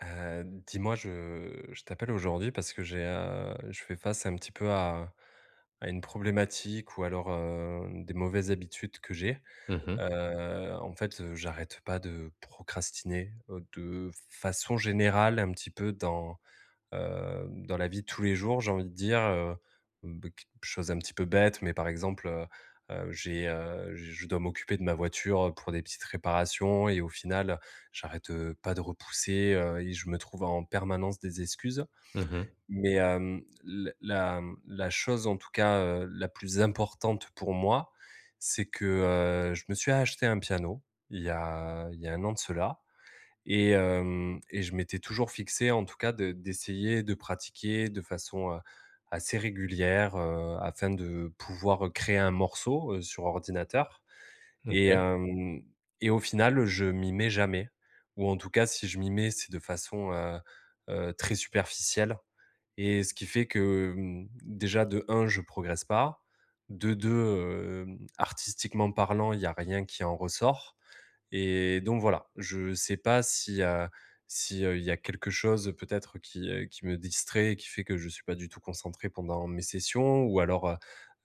Dis-moi, je t'appelle aujourd'hui parce que j'ai, je fais face un petit peu à une problématique, ou alors, des mauvaises habitudes que j'ai. Mmh mh. En fait, j'arrête pas de procrastiner, de façon générale, un petit peu dans la vie de tous les jours, j'ai envie de dire, b q chose un petit peu bête, mais par exemple, j'ai, j je dois m'occuper de ma voiture pour des petites réparations, et au final, j'arrête pas de repousser, et je me trouve en permanence des excuses. Mmh mh. Mais, hem, l la, mmh, la chose, en tout cas, la plus importante pour moi, c'est que je me suis acheté un piano il y a un an de cela, et je m'étais toujours fixé, en tout cas, de d'essayer de pratiquer de façon assez régulière, afin de pouvoir créer un morceau, sur ordinateur. et OK. hem et au final je m'y mets jamais, ou en tout cas si je m'y mets, c'est de façon très superficielle, et ce qui fait que, déjà de un, je progresse pas, de 2, artistiquement parlant, il n'y a rien qui en ressort. Et donc voilà, je sais pas si, il y a quelque chose peut-être qui, qui me distrait et qui fait que je suis pas du tout concentré pendant mes sessions, ou alors, heu,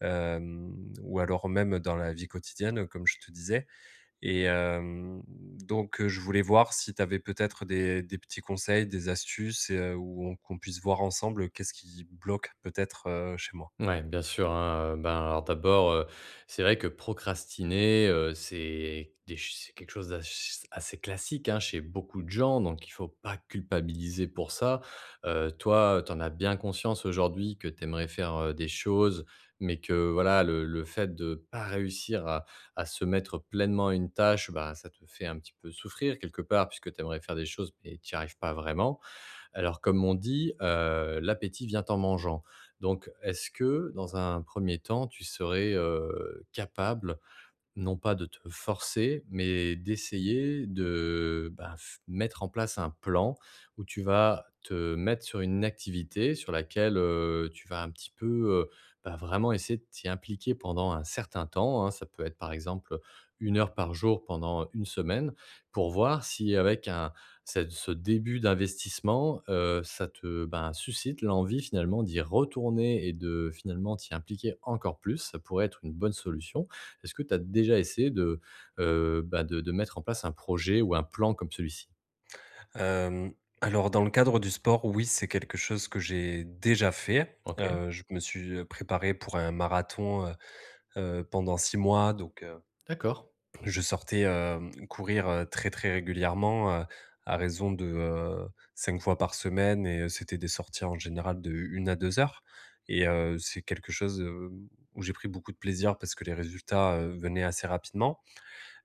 hem, ou alors même dans la vie quotidienne comme je te disais. et hem, donc, je voulais voir si tu avais peut-être des petits conseils, des astuces, et on qu'on puisse voir ensemble qu'est-ce qui bloque peut-être chez moi? Ouais, bien sûr, hein, ben, alors d'abord, c'est vrai que procrastiner, c'est des ch c'est quelque chose d'ass assez classique, hein, chez beaucoup de gens, donc il faut pas culpabiliser pour ça. Toi, tu en as bien conscience aujourd'hui que tu aimerais faire, des choses, mais que voilà, le fait de pas réussir à se mettre pleinement à une tâche, bah, ça te fait un petit peu souffrir quelque part puisque tu aimerais faire des choses, mais tu y arrives pas vraiment. Alors, comme on dit, l'appétit vient en mangeant. Donc, est-ce que dans un premier temps, tu serais, capable non pas de te forcer, mais d'essayer de, bah, f mettre en place un plan où tu vas te mettre sur une activité sur laquelle, tu vas un petit peu, heu, bah, vraiment essayer de t'y impliquer pendant un certain temps, hein. Ça peut être par exemple, une heure par jour pendant une semaine pour voir si avec un cette ce début d'investissement, ça te, ben, suscite l'envie finalement d'y retourner et de finalement t'y impliquer encore plus. Ça pourrait être une bonne solution. Est-ce que tu as déjà essayé de, bah, de mettre en place un projet ou un plan comme celui-ci? Hem, alors, dans le cadre du sport, oui, c'est quelque chose que j'ai déjà fait. OK, Je me suis préparé pour un marathon, pendant 6 mois. Donc, d'accord. je sortais, courir, très, très régulièrement, à raison de, 5 fois par semaine, et c'était des sorties en général de 1 à 2 heures, et c'est quelque chose où j'ai pris beaucoup de plaisir parce que les résultats, venaient assez rapidement.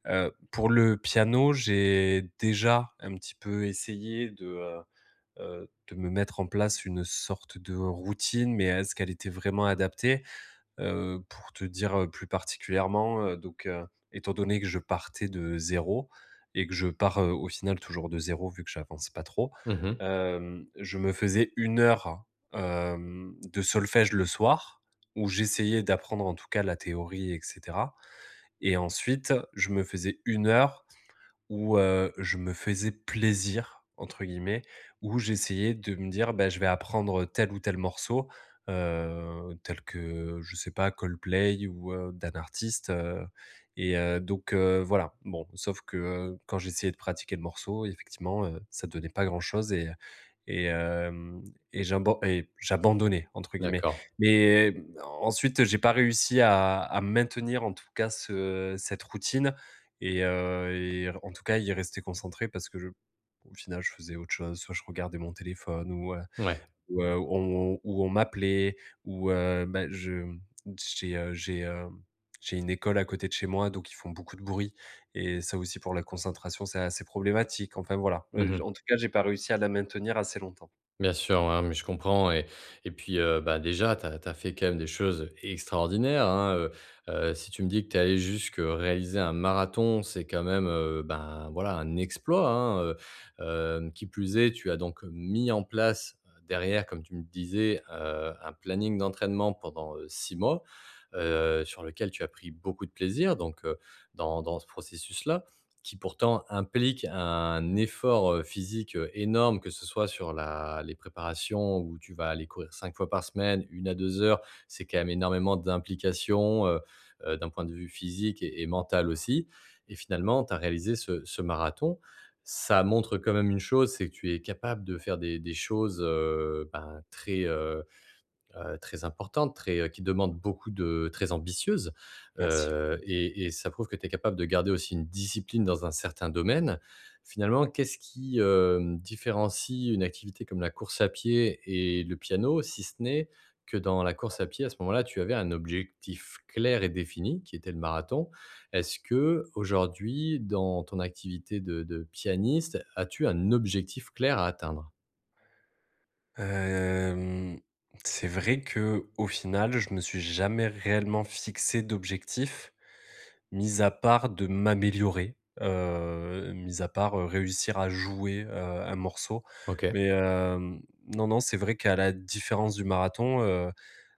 Pour le piano, j'ai déjà un petit peu essayé de me mettre en place une sorte de routine, mais est-ce qu'elle était vraiment adaptée? Pour te dire, plus particulièrement, donc, étant donné que je partais de zéro, et que je pars, au final, toujours de zéro, vu que j'avance pas trop, Mmh. Je me faisais une heure, de solfège le soir, où j'essayais d'apprendre en tout cas la théorie et cetera, et ensuite je me faisais une heure où, je me faisais «plaisir» entre guillemets, où j'essayais de me dire: «Bah, je vais apprendre tel ou tel morceau», tel que, je sais pas, Coldplay ou d'un artiste, donc voilà. Bon, sauf que, quand j'essayais de pratiquer le morceau, effectivement, ça donnait pas grand-chose et hem et «j'abandonnais» entre guillemets. D'accord. Mais ensuite, j'ai pas réussi à maintenir en tout cas ce cette routine, et en tout cas, il restait concentré parce que je au final, je faisais autre chose, soit je regardais mon téléphone, ou heu Ouais. ou heu, on ou on m'appelait, ou bah, je j'ai, hem, j'ai une école à côté de chez moi, donc ils font beaucoup de bruit, et ça aussi pour la concentration, c'est assez problématique. Enfin voilà, Mmh. en tout cas, j'ai pas réussi à la maintenir assez longtemps. Bien sûr, ouais, mais je comprends et puis, bah, déjà, tu as fait quand même des choses extraordinaires, hein, si tu me dis que tu es allé jusque réaliser un marathon, c'est quand même, ben, voilà, un exploit, hein, qui plus est, tu as donc mis en place, derrière, comme tu me disais, un planning d'entraînement pendant, 6 mois, sur lequel tu as pris beaucoup de plaisir donc dans ce processus-là qui pourtant implique un effort, physique, énorme, que ce soit sur la les préparations où tu vas aller courir 5 fois par semaine, une à 2 heures. C'est quand même énormément d'implications d'un point de vue physique et mental aussi et finalement, tu as réalisé ce marathon. Ça montre quand même une chose, c'est que tu es capable de faire des choses, ben, très, très importante, très, qui demande beaucoup de très ambitieuse, Merci. Et ça prouve que tu es capable de garder aussi une discipline dans un certain domaine. Finalement, qu'est-ce qui, différencie une activité comme la course à pied et le piano, si ce n'est que dans la course à pied, à ce moment-là, tu avais un objectif clair et défini qui était le marathon. Est-ce que aujourd'hui, dans ton activité de pianiste, as-tu un objectif clair à atteindre? Hem, c'est vrai que au final, je me suis jamais réellement fixé d'objectif. Mis à part de m'améliorer, mis à part, réussir à jouer un morceau, OK, mais non, non, c'est vrai qu'à la différence du marathon, heu,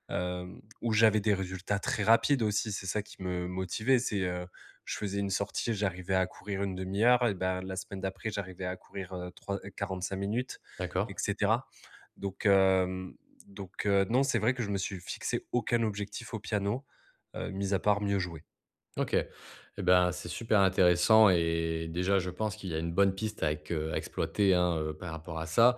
hem, où j'avais des résultats très rapides aussi, c'est ça qui me motivait. C'est, je faisais une sortie, j'arrivais à courir une demi heure, et ben la semaine d'après, j'arrivais à courir, trois 45 minutes, d'accord. et cetera. Donc hem, donc, non, c'est vrai que je me suis fixé aucun objectif au piano, mis à part mieux jouer. OK. Et ben, c'est super intéressant et déjà je pense qu'il y a une bonne piste à ex à exploiter, hein, par rapport à ça.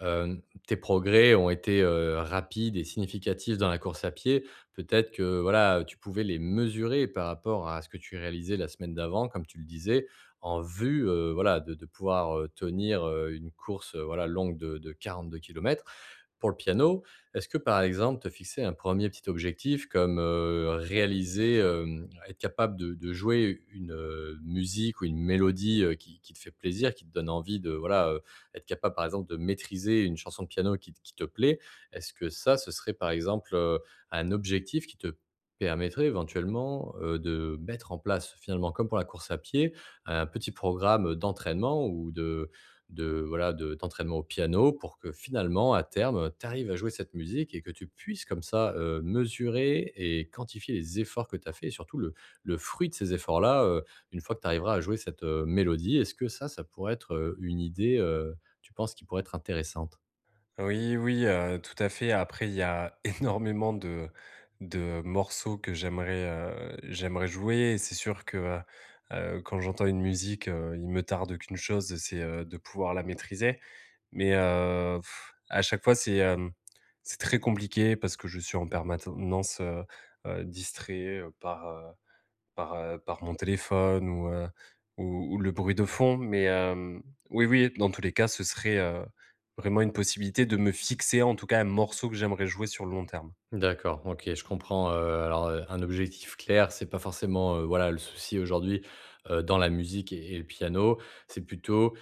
Tes progrès ont été, rapides et significatifs dans la course à pied. Peut-être que, voilà, tu pouvais les mesurer par rapport à ce que tu réalisais la semaine d'avant, comme tu le disais, en vue, voilà, de pouvoir, tenir, une course, voilà, longue de deux kilomètres. Pour le piano, est-ce que, par exemple, te fixer un premier petit objectif comme, réaliser, être capable de jouer une, musique ou une mélodie, qui te fait plaisir, qui te donne envie de, voilà, être capable, par exemple, de maîtriser une chanson de piano qui te plaît? Est-ce que ça, ce serait, par exemple, un objectif qui te permettrait éventuellement, de mettre en place, finalement, comme pour la course à pied, un petit programme, d'entraînement ou de voilà, de d'entraînement au piano pour que finalement, à terme, tu arrives à jouer cette musique et que tu puisses comme ça, mesurer et quantifier les efforts que tu as fait et surtout le fruit de ces efforts-là, une fois que tu arriveras à jouer cette, mélodie. Est-ce que ça pourrait être, une idée, tu penses qui pourrait être intéressante? Oui, oui, tout à fait. Après, il y a énormément de morceaux que j'aimerais jouer, et c'est sûr que, quand j'entends une musique, il me tarde qu'une chose, c'est, de pouvoir la maîtriser. Mais, à chaque fois, c'est très compliqué parce que je suis en permanence, distrait, par mon téléphone, ou le bruit de fond, mais, oui, oui, dans tous les cas, ce serait vraiment une possibilité de me fixer, en tout cas, un morceau que j'aimerais jouer sur le long terme. D'accord, OK, je comprends, alors, un objectif clair, c'est pas forcément, voilà, le souci aujourd'hui, dans la musique et le piano. C'est plutôt,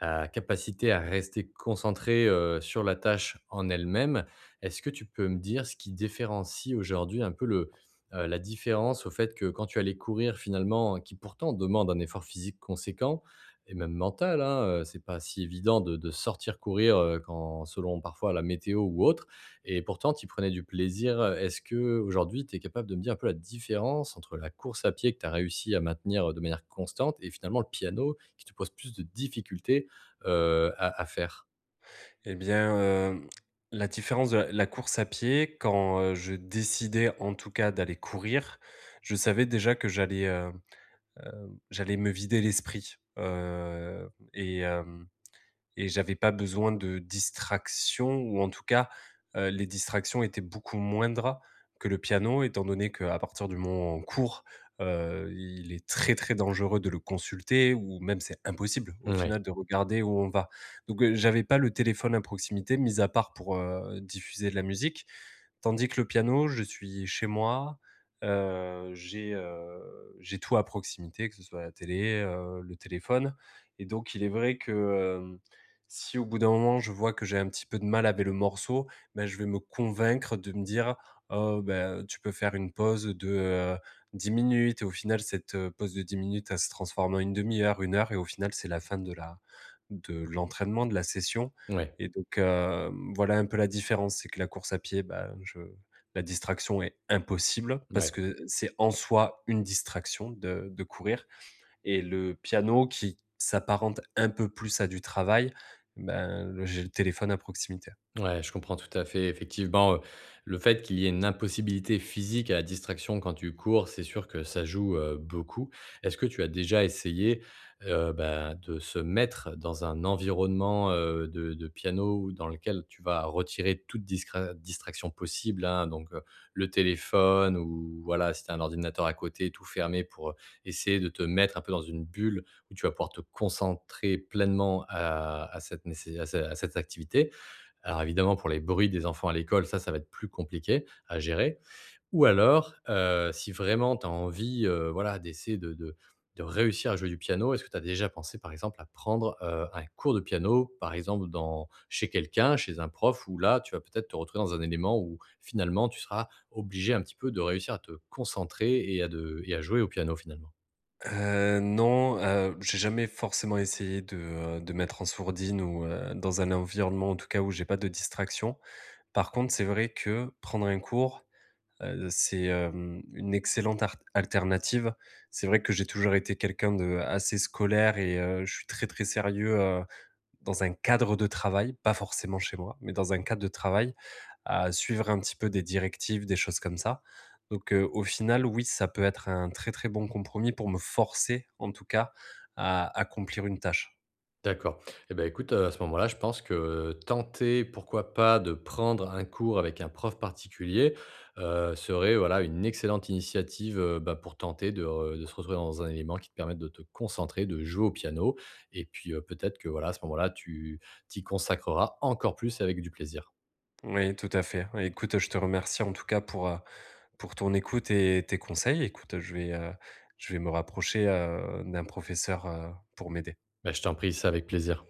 la capacité à rester concentré, sur la tâche en elle-même. Est-ce que tu peux me dire ce qui différencie aujourd'hui un peu le, la différence au fait que quand tu allais courir finalement, qui pourtant demande un effort physique conséquent et même mental, hein, c'est pas si évident de sortir courir, quand selon parfois la météo ou autre et pourtant tu prenais du plaisir, est-ce que aujourd'hui tu es capable de me dire un peu la différence entre la course à pied que tu as réussi à maintenir, de manière constante et finalement le piano qui te pose plus de difficultés à faire. Eh bien, la différence de la course à pied, quand, je décidais, en tout cas, d'aller courir, je savais déjà que j'allais me vider l'esprit, et j'avais pas besoin de distractions, ou en tout cas, les distractions étaient beaucoup moindres que le piano, étant donné qu'à partir du moment où on court, il est très, très dangereux de le consulter, ou même c'est impossible au Ouais, final de regarder où on va. Donc, j'avais pas le téléphone à proximité, mis à part pour diffuser de la musique. Tandis que le piano, je suis chez moi, j'ai tout à proximité, que ce soit la télé, le téléphone, et donc il est vrai que, si au bout d'un moment, je vois que j'ai un petit peu de mal avec le morceau, ben je vais me convaincre de me dire: «Oh bah, tu peux faire une pause de, 10 minutes», et au final cette pause de 10 minutes, elle se transforme en une demi heure, une heure, et au final, c'est la fin de l'entraînement, de la session, ouais, et donc, voilà un peu la différence. C'est que la course à pied, bah, je la distraction est impossible parce ouais. que c'est en soi une distraction de courir, et le piano qui s'apparente un peu plus à du travail, ben, le j'ai le téléphone à proximité. Ouais, je comprends tout à fait. Effectivement, le fait qu'il y ait une impossibilité physique à la distraction quand tu cours, c'est sûr que ça joue, beaucoup. Est-ce que tu as déjà essayé, bah, de se mettre dans un environnement, de piano ou dans lequel tu vas retirer toute discra distraction possible, hein, donc, le téléphone ou voilà, si tu as un ordinateur à côté, tout fermé pour, essayer de te mettre un peu dans une bulle où tu vas pouvoir te concentrer pleinement à cette nécé à ce à cette activité? Alors évidemment, pour les bruits des enfants à l'école, ça va être plus compliqué à gérer. Ou alors, si vraiment tu as envie, voilà, d'essayer de réussir à jouer du piano, est-ce que tu as déjà pensé, par exemple, à prendre, un cours de piano, par exemple, dans chez quelqu'un, chez un prof où là, tu vas peut-être te retrouver dans un élément où finalement tu seras obligé un petit peu de réussir à te concentrer et à de et à jouer au piano, finalement? Non, j'ai jamais forcément essayé de mettre en sourdine, ou dans un environnement en tout cas où j'ai pas de distraction. Par contre, c'est vrai que prendre un cours. C'est, une excellente art alternative. C'est vrai que j'ai toujours été quelqu'un de assez scolaire, et je suis très, très sérieux, dans un cadre de travail, pas forcément chez moi, mais dans un cadre de travail, à suivre un petit peu des directives, des choses comme ça. Donc, au final, oui, ça peut être un très, très bon compromis pour me forcer, en tout cas, à accomplir une tâche. D'accord. Eh ben écoute, à ce moment-là, je pense que tenter, pourquoi pas, de prendre un cours avec un prof particulier, serait, voilà, une excellente initiative, bah, pour tenter de re de se retrouver dans un élément qui te permette de te concentrer, de jouer au piano et puis, peut-être que, voilà, à ce moment-là, tu t'y consacreras encore plus avec du plaisir. Oui, tout à fait. Écoute, je te remercie en tout cas pour ton écoute et tes conseils. Écoute, je vais me rapprocher d'un professeur, pour m'aider. Bah, je t'en prie, ça avec plaisir.